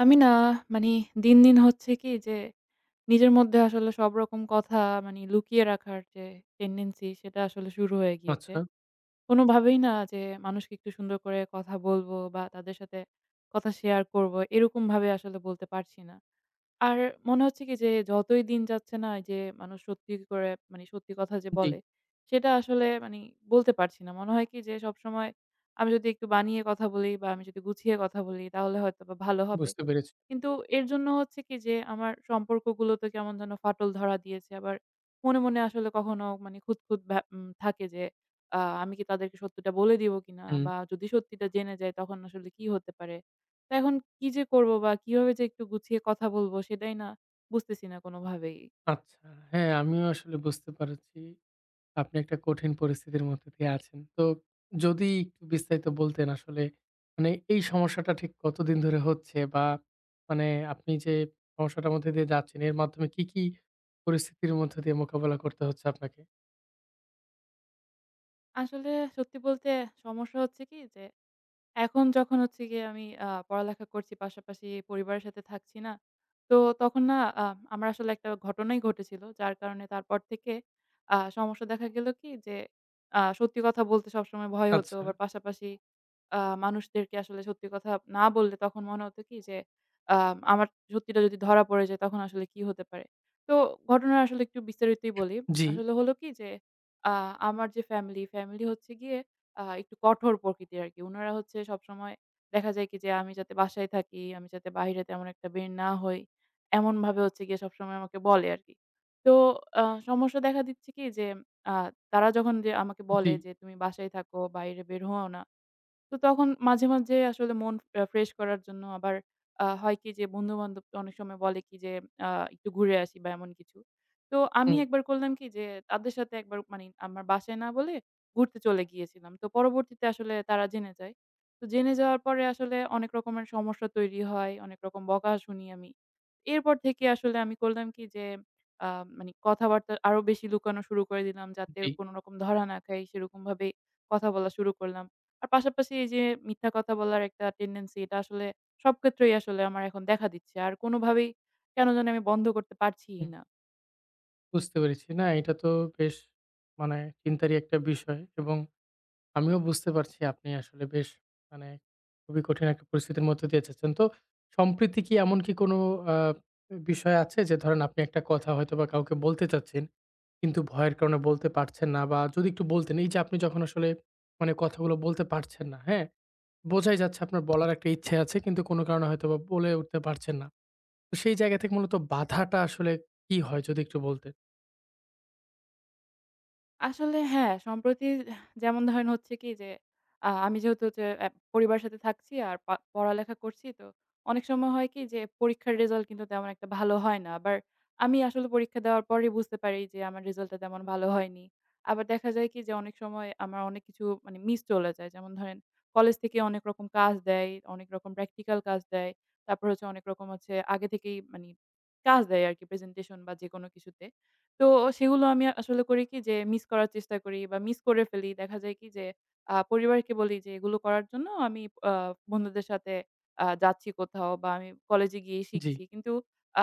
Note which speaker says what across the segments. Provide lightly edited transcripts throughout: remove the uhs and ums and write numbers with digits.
Speaker 1: আমি না মানে দিন, দিন হচ্ছে কি যে নিজের মধ্যে আসলে সব রকম কথা মানে লুকিয়ে রাখার যে টেনডেন্সি সেটা আসলে শুরু হয়ে গিয়েছে।
Speaker 2: আচ্ছা,
Speaker 1: কোনোভাবেই না যে মানুষকে একটু সুন্দর করে কথা বলবো বা তাদের সাথে কথা শেয়ার করবো এরকমভাবে আসলে বলতে পারছি না। আর মনে হচ্ছে কি যে যতই দিন যাচ্ছে না এই যে মানুষ সত্যি করে মানে সত্যি কথা যে
Speaker 2: জি,
Speaker 1: বলে সেটা আসলে মানে বলতে পারছি না। মনে হয় কি যে সবসময় আমি যদি একটু বানিয়ে কথা বলি বা আমি যদি গুছিয়ে কথা বলি তাহলে হয়তোবা ভালো হবে।
Speaker 2: বুঝতে পেরেছি।
Speaker 1: কিন্তু এর জন্য হচ্ছে কি যে আমার সম্পর্কগুলোতে কেমন যেন ফাটল ধরা দিয়েছে। আবার মনে, মনে আসলে কখনো মানে খুঁতখুঁত ভ্যা উম থাকে যে আমি কি তাদেরকে সত্যিটা বলে দিব কিনা?
Speaker 2: হুম,
Speaker 1: বা যদি সত্যিটা জেনে যাই তখন আসলে কি হতে পারে? তো এখন কি যে করব বা কিভাবে যে একটু গুছিয়ে কথা বলব সেটাই না বুঝতেছি না কোনোভাবেই।
Speaker 2: আচ্ছা। হ্যাঁ, আমিও আসলে বুঝতে পারছি আপনি একটা কঠিন পরিস্থিতির মধ্যে দিয়ে আছেন। তো যদি একটু বিস্তারিত বলতেন আসলে মানে এই সমস্যাটা ঠিক কতদিন ধরে হচ্ছে বা মানে আপনি যে সমস্যাটার মধ্যে দিয়ে যাচ্ছেন এর মাধ্যমে কি পরিস্থিতির মধ্যে দিয়ে মোকাবেলা করতে হচ্ছে আপনাকে?
Speaker 1: আসলে সত্যি বলতে সমস্যা হচ্ছে কি যে এখন যখন হচ্ছে গিয়ে আমি পড়ালেখা করছি পাশাপাশি পরিবারের সাথে থাকছি না। তো তখন না আ আমার আসলে একটা ঘটনাই ঘটেছিল। যার কারণে তারপর থেকে সমস্যা দেখা গেল কি যে সত্যি কথা বলতে সবসময় ভয় হতো।
Speaker 2: আচ্ছা,
Speaker 1: আবার পাশাপাশি মানুষদেরকে আসলে সত্যি কথা না বললে তখন মনে হতো কি যে আ আমার সত্যিটা যদি ধরা পড়ে যায় তখন আসলে কি হতে পারে? তো ঘটনা আসলে একটু বিস্তারিতই বলি।
Speaker 2: জি,
Speaker 1: আসলে হলো কি যে আ আমার যে ফ্যামিলি হচ্ছে গিয়ে একটু কঠোর প্রকৃতির আরকি। উনারা হচ্ছে সবসময় দেখা যায় কি যে আমি যাতে বাসায় থাকি, আমি যাতে বাহিরে তেমন একটা বের না হই, এমনভাবে হচ্ছে গিয়ে সবসময় আমাকে বলে আরকি। তো আ সমস্যা দেখা দিচ্ছে কি যে আ তারা যখন যে আমাকে
Speaker 2: জি,
Speaker 1: বলে যে, "তুমি বাসায় থাকো, বাইরে বের হও না।" তো তখন মাঝে, মাঝে আসলে মন ফ্রেশ করার জন্য আবার হয় কি যে বন্ধু-বান্ধব তো অনেক সময় বলে কি যে আ একটু ঘুরে আসি বা এমন কিছু। তো আমি
Speaker 2: হুম,
Speaker 1: একবার করলাম কি যে তাদের সাথে একবার মানে আমার বাসায় না বলে ঘুরতে চলে গিয়েছিলাম। তো পরবর্তীতে আসলে তারা জেনে যায়। তো জেনে যাওয়ার পরে আসলে অনেক রকমের সমস্যা তৈরি হয়, অনেক রকম বকা শুনি আমি। এরপর থেকে আসলে আমি করলাম কি যে আ মানে কথাবার্তা আরো বেশি লুকানো শুরু করে দিলাম যাতে
Speaker 2: জি,
Speaker 1: কোন রকম ধরা না খাই সেরকমভাবে কথা বলা শুরু করলাম। আর পাশাপাশি এই যে মিথ্যা কথা বলার একটা টেনডেন্সি এটা আসলে সব ক্ষেত্রেই আসলে আমার এখন দেখা দিচ্ছে। আর কোনোভাবেই কেন জানি আমি বন্ধ করতে পারছিই
Speaker 2: হুম,
Speaker 1: না।
Speaker 2: বুঝতে পেরেছি। না এটা তো বেশ মানে চিন্তারই একটা বিষয় এবং আমিও বুঝতে পারছি আপনি আসলে বেশ মানে খুবই কঠিন একটা পরিস্থিতির মধ্যে দিয়ে যাচ্ছেন। তো সম্প্রতি কি এমন কি কোনো আ বিষয় আছে যে ধরেন আপনি একটা কথা হয়তোবা কাউকে বলতে চাচ্ছেন, কিন্তু ভয়ের কারণে বলতে পারছেন না বা যদি একটু বলতেন এই যে আপনি যখন আসলে মানে কথাগুলো বলতে পারছেন না, হ্যাঁ? বোঝাই যাচ্ছে আপনার বলার একটা ইচ্ছে আছে কিন্তু কোনো কারণে হয়তোবা বলে উঠতে পারছেন না। তো সেই জায়গা থেকে মূলত বাধাটা আসলে কি হয় যদি একটু বলতেন?
Speaker 1: আসলে হ্যাঁ, সম্প্রতি যেমন ধরেন হচ্ছে কি যে, আমি যেহেতু হচ্ছে পরিবারের সাথে থাকছি আর পড়ালেখা করছি তো অনেক সময় হয় কি যে, পরীক্ষার রেজাল্ট কিন্তু তেমন একটা ভালো হয় না। আবার আমি আসলে পরীক্ষা দেওয়ার পরেই বুঝতে পারি যে, আমার রেজাল্টটা তেমন ভালো হয়নি। আবার দেখা যায় কি যে, অনেক সময় আমার অনেক কিছু মানে মিস চলে যায়। যেমন ধরেন কলেজ থেকে অনেক রকম কাজ দেয়, অনেক রকম প্র্যাকটিক্যাল কাজ দেয়। তারপর হচ্ছে অনেক রকম হচ্ছে আগে থেকেই মানি কাজ দেয় আরকি প্রেজেন্টেশন বা যেকোনো কিছুতে। তো সেগুলো আমি আসলে করি কি যে মিস করার চেষ্টা করি বা মিস করে ফেলি। দেখা যায় কি যে পরিবারকে বলি যে এগুলো করার জন্য আমি আ বন্ধুদের সাথে যাচ্ছি কোথাও বা আমি কলেজে গিয়ে
Speaker 2: জি,
Speaker 1: শিখছি। কিন্তু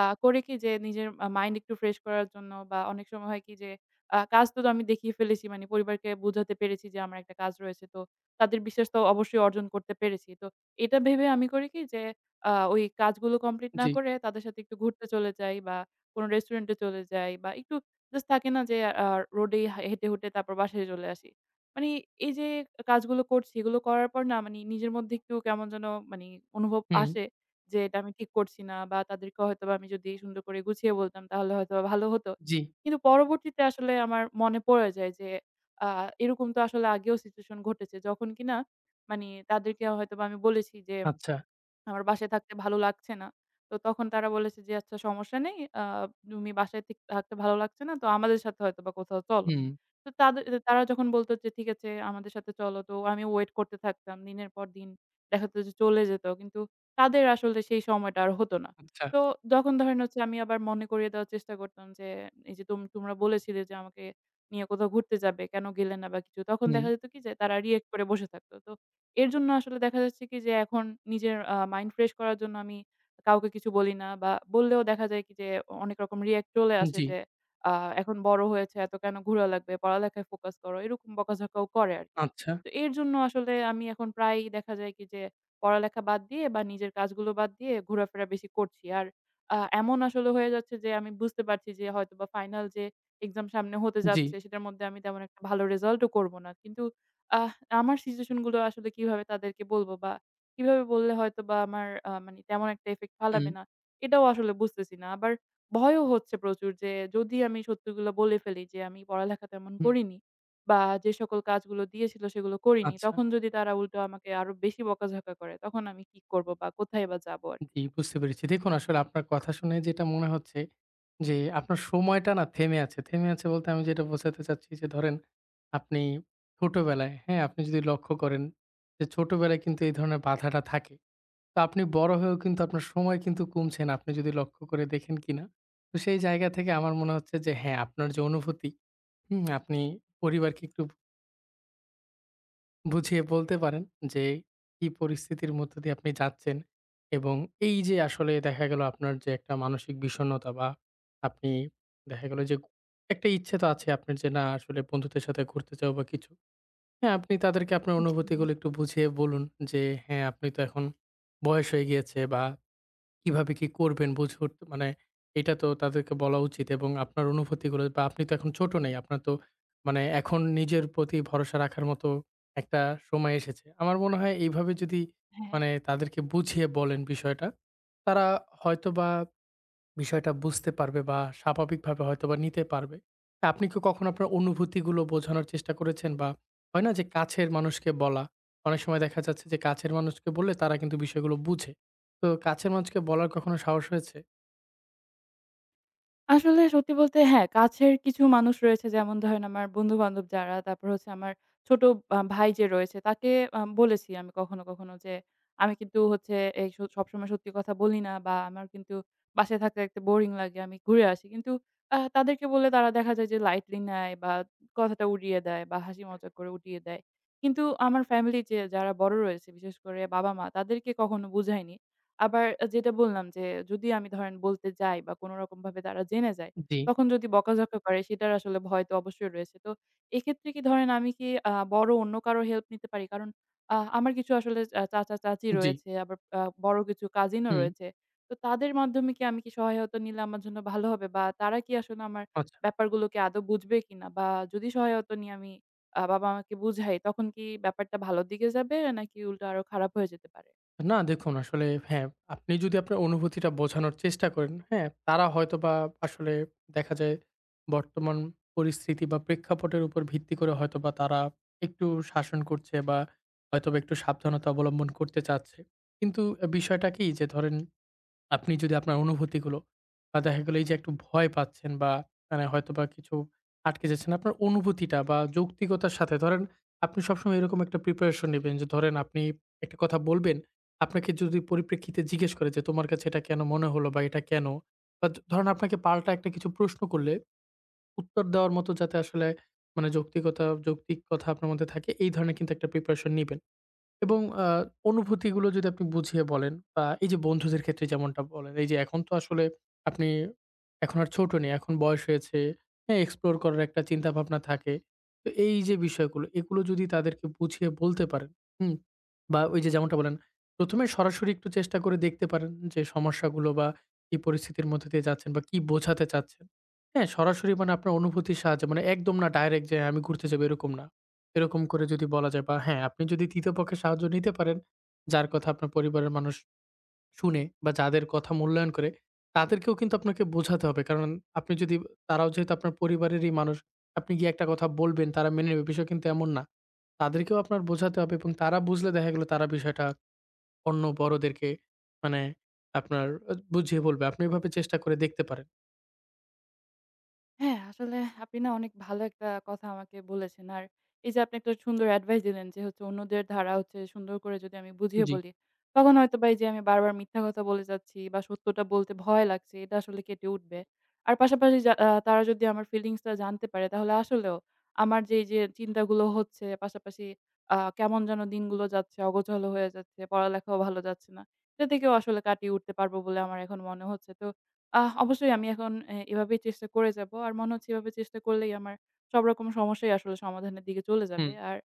Speaker 1: করি কি যে নিজের মাইন্ড একটু ফ্রেশ করার জন্য বা অনেক সময় হয় কি যে কাজ তো আমি দেখিয়ে ফেলেছি মানে পরিবারকে বুঝাতে পেরেছি যে আমার একটা কাজ রয়েছে। তো তাদের বিশ্বাস তো অবশ্যই অর্জন করতে পেরেছি। তো এটা ভেবে আমি করি কি যে ওই কাজগুলো কমপ্লিট না
Speaker 2: জি,
Speaker 1: করে তাদের সাথে একটু ঘুরতে চলে যাই বা কোনো রেস্টুরেন্টে চলে যাই বা একটু জাস্ট থাকে না যে আ রোডেই হেঁটে, হেঁটে তারপর বাসায় চলে আসি। মানে এই যে কাজগুলো করছি, এগুলো করার পর না মানে নিজের মধ্যে একটু কেমন যেন মানে অনুভব
Speaker 2: হুম,
Speaker 1: আসে যে এটা আমি ঠিক করছি না বা তাদেরকে হয়তোবা আমি যদি সুন্দর করে গুছিয়ে বলতাম তাহলে হয়তোবা ভালো হতো।
Speaker 2: জি,
Speaker 1: কিন্তু পরবর্তীতে আসলে আমার মনে পড়ে যায় যে আ এরকম তো আসলে আগেও সিচুয়েশন ঘটেছে। যখন কিনা মানে তাদেরকে হয়তোবা আমি বলেছি যে
Speaker 2: আচ্ছা,
Speaker 1: আমার বাসায় থাকতে ভালো লাগছে না। তো তখন তারা বলেছে যে, "আচ্ছা সমস্যা নেই। তুমি বাসায় থাকতে ভালো লাগছে না। তো আমাদের সাথে হয়তোবা কোথাও চলো।"
Speaker 2: হুম,
Speaker 1: তো তারা যখন বলত যে, "ঠিক আছে আমাদের সাথে চলো।" তো আমি ওয়েট করতে থাকতাম। দিনের পর দিন দেখা যেত যে চলে যেত। কিন্তু তাদের আসলে সেই সময়টা আর হতো না।
Speaker 2: আচ্ছা,
Speaker 1: তো যখন ধরেন হচ্ছে আমি আবার মনে করিয়ে দেওয়ার চেষ্টা করতাম যে, "এই যে তোমরা বলেছিলে যে আমাকে নিয়ে কোথাও ঘুরতে যাবে। কেন গেলে না বা কিছু?" তখন
Speaker 2: হুম,
Speaker 1: দেখা যেত কি যে তারা রিঅ্যাক্ট করে বসে থাকত। তো এর জন্য আসলে দেখা যাচ্ছে কি যে এখন নিজের মাইন্ড ফ্রেশ করার জন্য আমি কাউকে কিছু বলি না বা বললেও দেখা যায় কি যে অনেক রকম রিঅ্যাক্ট চলে আসে
Speaker 2: জি।
Speaker 1: যে আ এখন বড় হয়েছে এত কেন ঘুরা লাগবে, পড়ালেখায় ফোকাস করো। এরকম বকাঝকাও করে আরকি।
Speaker 2: আচ্ছা,
Speaker 1: তো এর জন্য আসলে আমি এখন প্রায়ই দেখা যায় কি যে পড়ালেখা বাদ দিয়ে বা নিজের কাজগুলো বাদ দিয়ে ঘোরাফেরা বেশি করছি। আর এমন আসলে হয়ে যাচ্ছে যে আমি বুঝতে পারছি যে হয়তোবা ফাইনাল যে এক্সাম সামনে হতে
Speaker 2: জি।
Speaker 1: যাচ্ছে সেটার মধ্যে আমি তেমন একটা ভালো রেজাল্টও করব না। কিন্তু আ আমার সিচুয়েশন গুলো আসলে কিভাবে তাদেরকে বলবো বা কিভাবে বললে হয়তোবা আমার মানে তেমন একটা ইফেক্ট
Speaker 2: হুম।
Speaker 1: ফালাবে না, এটাও আসলে বুঝতেছি না। আবার ভয়ও হচ্ছে প্রচুর যে যদি আমি সত্যিগুলো বলে ফেলি যে আমি পড়ালেখা তেমন
Speaker 2: হুম,
Speaker 1: করিনি বা যে সকল কাজগুলো দিয়েছিল সেগুলো করিনি,
Speaker 2: আচ্ছা।
Speaker 1: তখন যদি তারা উল্টো আমাকে আরো বেশি বকাঝকা করে তখন আমি কি করব বা কোথায় বা যাবো আরকি?
Speaker 2: জি, বুঝতে পেরেছি। দেখুন আসলে আপনার কথা শুনে যেটা মনে হচ্ছে যে, আপনার সময়টা না থেমে আছে। থেমে আছে বলতে আমি যেটা বোঝাতে চাচ্ছি যে, ধরেন আপনি ছোটবেলায়, হ্যাঁ? আপনি যদি লক্ষ্য করেন যে, ছোটবেলায় কিন্তু এই ধরনের বাধাটা থাকে। তো আপনি বড় হয়েও কিন্তু আপনার সময় কিন্তু কমছে না, আপনি যদি লক্ষ্য করে দেখেন কিনা। তো সেই জায়গা থেকে আমার মনে হচ্ছে যে, হ্যাঁ, আপনার যে অনুভূতি, হুম? আপনি পরিবারকে একটু বুঝিয়ে বলতে পারেন যে কি পরিস্থিতির মধ্যে দিয়ে আপনি যাচ্ছেন এবং এই যে আসলে দেখা গেল আপনার যে একটা মানসিক বিষণ্ণতা বা আপনি দেখা গেল যে একটা ইচ্ছে তো আছে আপনার যে না আসলে বন্ধুদের সাথে ঘুরতে যাও বা কিছু, হ্যাঁ আপনি তাদেরকে আপনার
Speaker 1: জি,
Speaker 2: অনুভূতিগুলো একটু বুঝিয়ে বলুন যে হ্যাঁ আপনি তো এখন বয়স হয়ে গিয়েছে বা কিভাবে কি করবেন বুঝে উঠতে মানে এটা তো তাদেরকে বলা উচিত এবং আপনার অনুভূতিগুলো বা আপনি তো এখন ছোট নেই। আপনার তো মানে এখন নিজের প্রতি ভরসা রাখার মতো একটা সময় এসেছে। আমার মনে হয় এইভাবে যদি
Speaker 1: হ্যাঁ।
Speaker 2: মানে তাদেরকে বুঝিয়ে বলেন বিষয়টা, তারা হয়তোবা বিষয়টা বুঝতে পারবে বা স্বাভাবিকভাবে হয়তোবা নিতে পারবে। তা আপনি কি কখনো আপনার অনুভূতিগুলো বোঝানোর চেষ্টা করেছেন? বা হয় না যে কাছের মানুষকে বলা, অনেক সময় দেখা যাচ্ছে যে কাছের মানুষকে বললে তারা কিন্তু বিষয়গুলো বুঝে। তো কাছের মানুষকে বলার কখনো সাহস হয়েছে?
Speaker 1: আসলে সত্যি বলতে হ্যাঁ, কাছের কিছু মানুষ রয়েছে যেমন ধরেন আমার বন্ধু-বান্ধব যারা, তারপর হচ্ছে আমার ছোট ভাই যে রয়েছে তাকে বলেছি আমি কখনো, কখনো যে আমি কিন্তু হচ্ছে এই সবসময় সত্যি কথা বলি না বা আমার কিন্তু বাসায় থাকতে, থাকতে বোরিং লাগে। আমি ঘুরে আসি। কিন্তু তাদেরকে বললে তারা দেখা যায় যে লাইটলি নেয় বা কথাটা উড়িয়ে দেয় বা হাসি মজাক করে উড়িয়ে দেয়। কিন্তু আমার ফ্যামিলি যে যারা বড় রয়েছে বিশেষ করে বাবা-মা তাদেরকে কখনো বুঝাইনি। আবার যেটা বললাম যে যদি আমি ধরেন বলতে যাই বা কোনরকমভাবে তারা জেনে যায়,
Speaker 2: জি।
Speaker 1: তখন যদি বকাঝকা করে সেটার আসলে ভয় তো অবশ্যই রয়েছে। তো এক্ষেত্রে কি ধরেন আমি কি বড় অন্য কারো হেল্প নিতে পারি? কারণ আমার কিছু আসলে চাচা-চাচী
Speaker 2: জি,
Speaker 1: রয়েছে, আবার বড় কিছু কাজিনও
Speaker 2: হুম।
Speaker 1: রয়েছে। তো তাদের মাধ্যমে কি আমি কি সহায়তা নিলে আমার জন্য ভালো হবে? বা তারা কি আসলে আমার
Speaker 2: আচ্ছা।
Speaker 1: ব্যাপারগুলোকে আদৌ বুঝবে কিনা? বা যদি সহায়তা নিয়ে আমি বাবা-মাকে বুঝাই তখন কি ব্যাপারটা ভালোর দিকে যাবে নাকি উল্টো আরো খারাপ হয়ে যেতে পারে?
Speaker 2: না দেখুন আসলে হ্যাঁ, আপনি যদি আপনার অনুভূতিটা বোঝানোর চেষ্টা করেন, হ্যাঁ? তারা হয়তোবা আসলে দেখা যায় বর্তমান পরিস্থিতি বা প্রেক্ষাপটের উপর ভিত্তি করে হয়তোবা তারা একটু শাসন করছে বা হয়তোবা একটু সাবধানতা অবলম্বন করতে চাচ্ছে। কিন্তু বিষয়টা কি যে ধরেন আপনি যদি আপনার অনুভূতিগুলো বা দেখা গেল এই যে একটু ভয় পাচ্ছেন বা মানে হয়তোবা কিছু আটকে যাচ্ছেন, আপনার অনুভূতিটা বা যৌক্তিকতার সাথে ধরেন আপনি সবসময় এরকম একটা প্রিপারেশন নিবেন যে ধরেন আপনি একটা কথা বলবেন, আপনাকে যদি পরিপ্রেক্ষিতে জিজ্ঞেস করে যে তোমার কাছে এটা কেন মনে হলো বা এটা কেন? ধরেন আপনাকে পাল্টা একটা কিছু প্রশ্ন করলে উত্তর দেওয়ার মতো যাতে আসলে মানে যৌক্তিক কথা আপনার মধ্যে থাকে এই ধরনের কিন্তু একটা প্রিপারেশন নিবেন। এবং অনুভূতিগুলো যদি আপনি বুঝিয়ে বলেন বা এই যে বন্ধুদের ক্ষেত্রে যেমনটা বলেন, এই যে এখন তো আসলে আপনি এখন আর ছোট নেই, এখন বয়স হয়েছে, হ্যাঁ? এক্সপ্লোর করার একটা চিন্তাভাবনা থাকে। তো এই যে বিষয়গুলো, এগুলো যদি তাদেরকে বুঝিয়ে বলতে পারেন, হুম? বা ওই যে যেমনটা বললেন, প্রথম এ সরাসরি একটু চেষ্টা করে দেখতে পারেন যে সমস্যাগুলো বা কি পরিস্থিতির মধ্যে দিয়ে যাচ্ছেন বা কি বোঝাতে চাচ্ছেন। হ্যাঁ? সরাসরি মানে আপনার অনুভূতির সাহায্যে মানে একদম না ডাইরেক্ট যে আমি ঘুরতে যাবো এরকম না। এরকম করে যদি বলা যায় বা হ্যাঁ, আপনি যদি ৩য় পক্ষের সাহায্য নিতে পারেন, যার কথা আপনার পরিবারের মানুষ শুনে বা যাদের কথা মূল্যায়ন করে, তাদেরকেও কিন্তু আপনাকে বোঝাতে হবে। কারণ আপনি যদি তারাও যেহেতু আপনার পরিবারেরই মানুষ, আপনি গিয়ে একটা কথা বলবেন, তারা মেনে নেবে, বিষয় কিন্তু এমন না। তাদেরকেও আপনার বোঝাতে হবে এবং তারা বুঝলে দেখা গেল তারা বিষয়টা অন্য বড়দেরকে মানে আপনার বুঝিয়ে বলবে। আপনি এভাবে চেষ্টা করে দেখতে পারেন।
Speaker 1: হ্যাঁ, আসলে আপনি না অনেক ভালো একটা কথা আমাকে বলেছেন। আর এই যে আপনি একটা সুন্দর অ্যাডভাইস দিলেন যে হচ্ছে অন্যদের ধারা হচ্ছে সুন্দর করে যদি আমি বুঝিয়ে
Speaker 2: জি,
Speaker 1: বলি, তখন হয়তোবা এই যে আমি বারবার মিথ্যা কথা বলে যাচ্ছি বা সত্যটা বলতে ভয় লাগছে এটা আসলে কেটে উঠবে। আর পাশাপাশি তারা যদি আমার ফিলিংসটা জানতে পারে তাহলে আসলেও আমার যে এই যে চিন্তাগুলো হচ্ছে পাশাপাশি কেমন যেন দিনগুলো যাচ্ছে, অগোছালো হয়ে যাচ্ছে, পড়ালেখাও ভালো যাচ্ছে না। এটা থেকেও আসলে কাটিয়ে উঠতে পারবো বলে আমার এখন মনে হচ্ছে। তো অবশ্যই আমি এখন এভাবেই চেষ্টা করে যাবো। আর মনে হচ্ছে এভাবে চেষ্টা করলেই আমার সব রকম সমস্যাই আসলে সমাধানের দিকে চলে
Speaker 2: হুম।
Speaker 1: যাবে। আর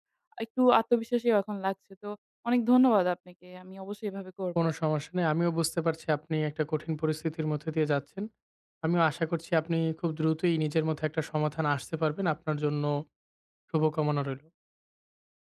Speaker 1: একটু আত্মবিশ্বাসীও এখন লাগছে। তো অনেক ধন্যবাদ আপনাকে। আমি অবশ্যই এভাবে করব।
Speaker 2: কোনো সমস্যা নেই। আমিও বুঝতে পারছি আপনি একটা কঠিন পরিস্থিতির মধ্যে দিয়ে যাচ্ছেন। আমিও আশা করছি আপনি খুব দ্রুতই নিজের মধ্যে একটা সমাধান আসতে পারবেন। আপনার জন্য শুভকামনা রইল।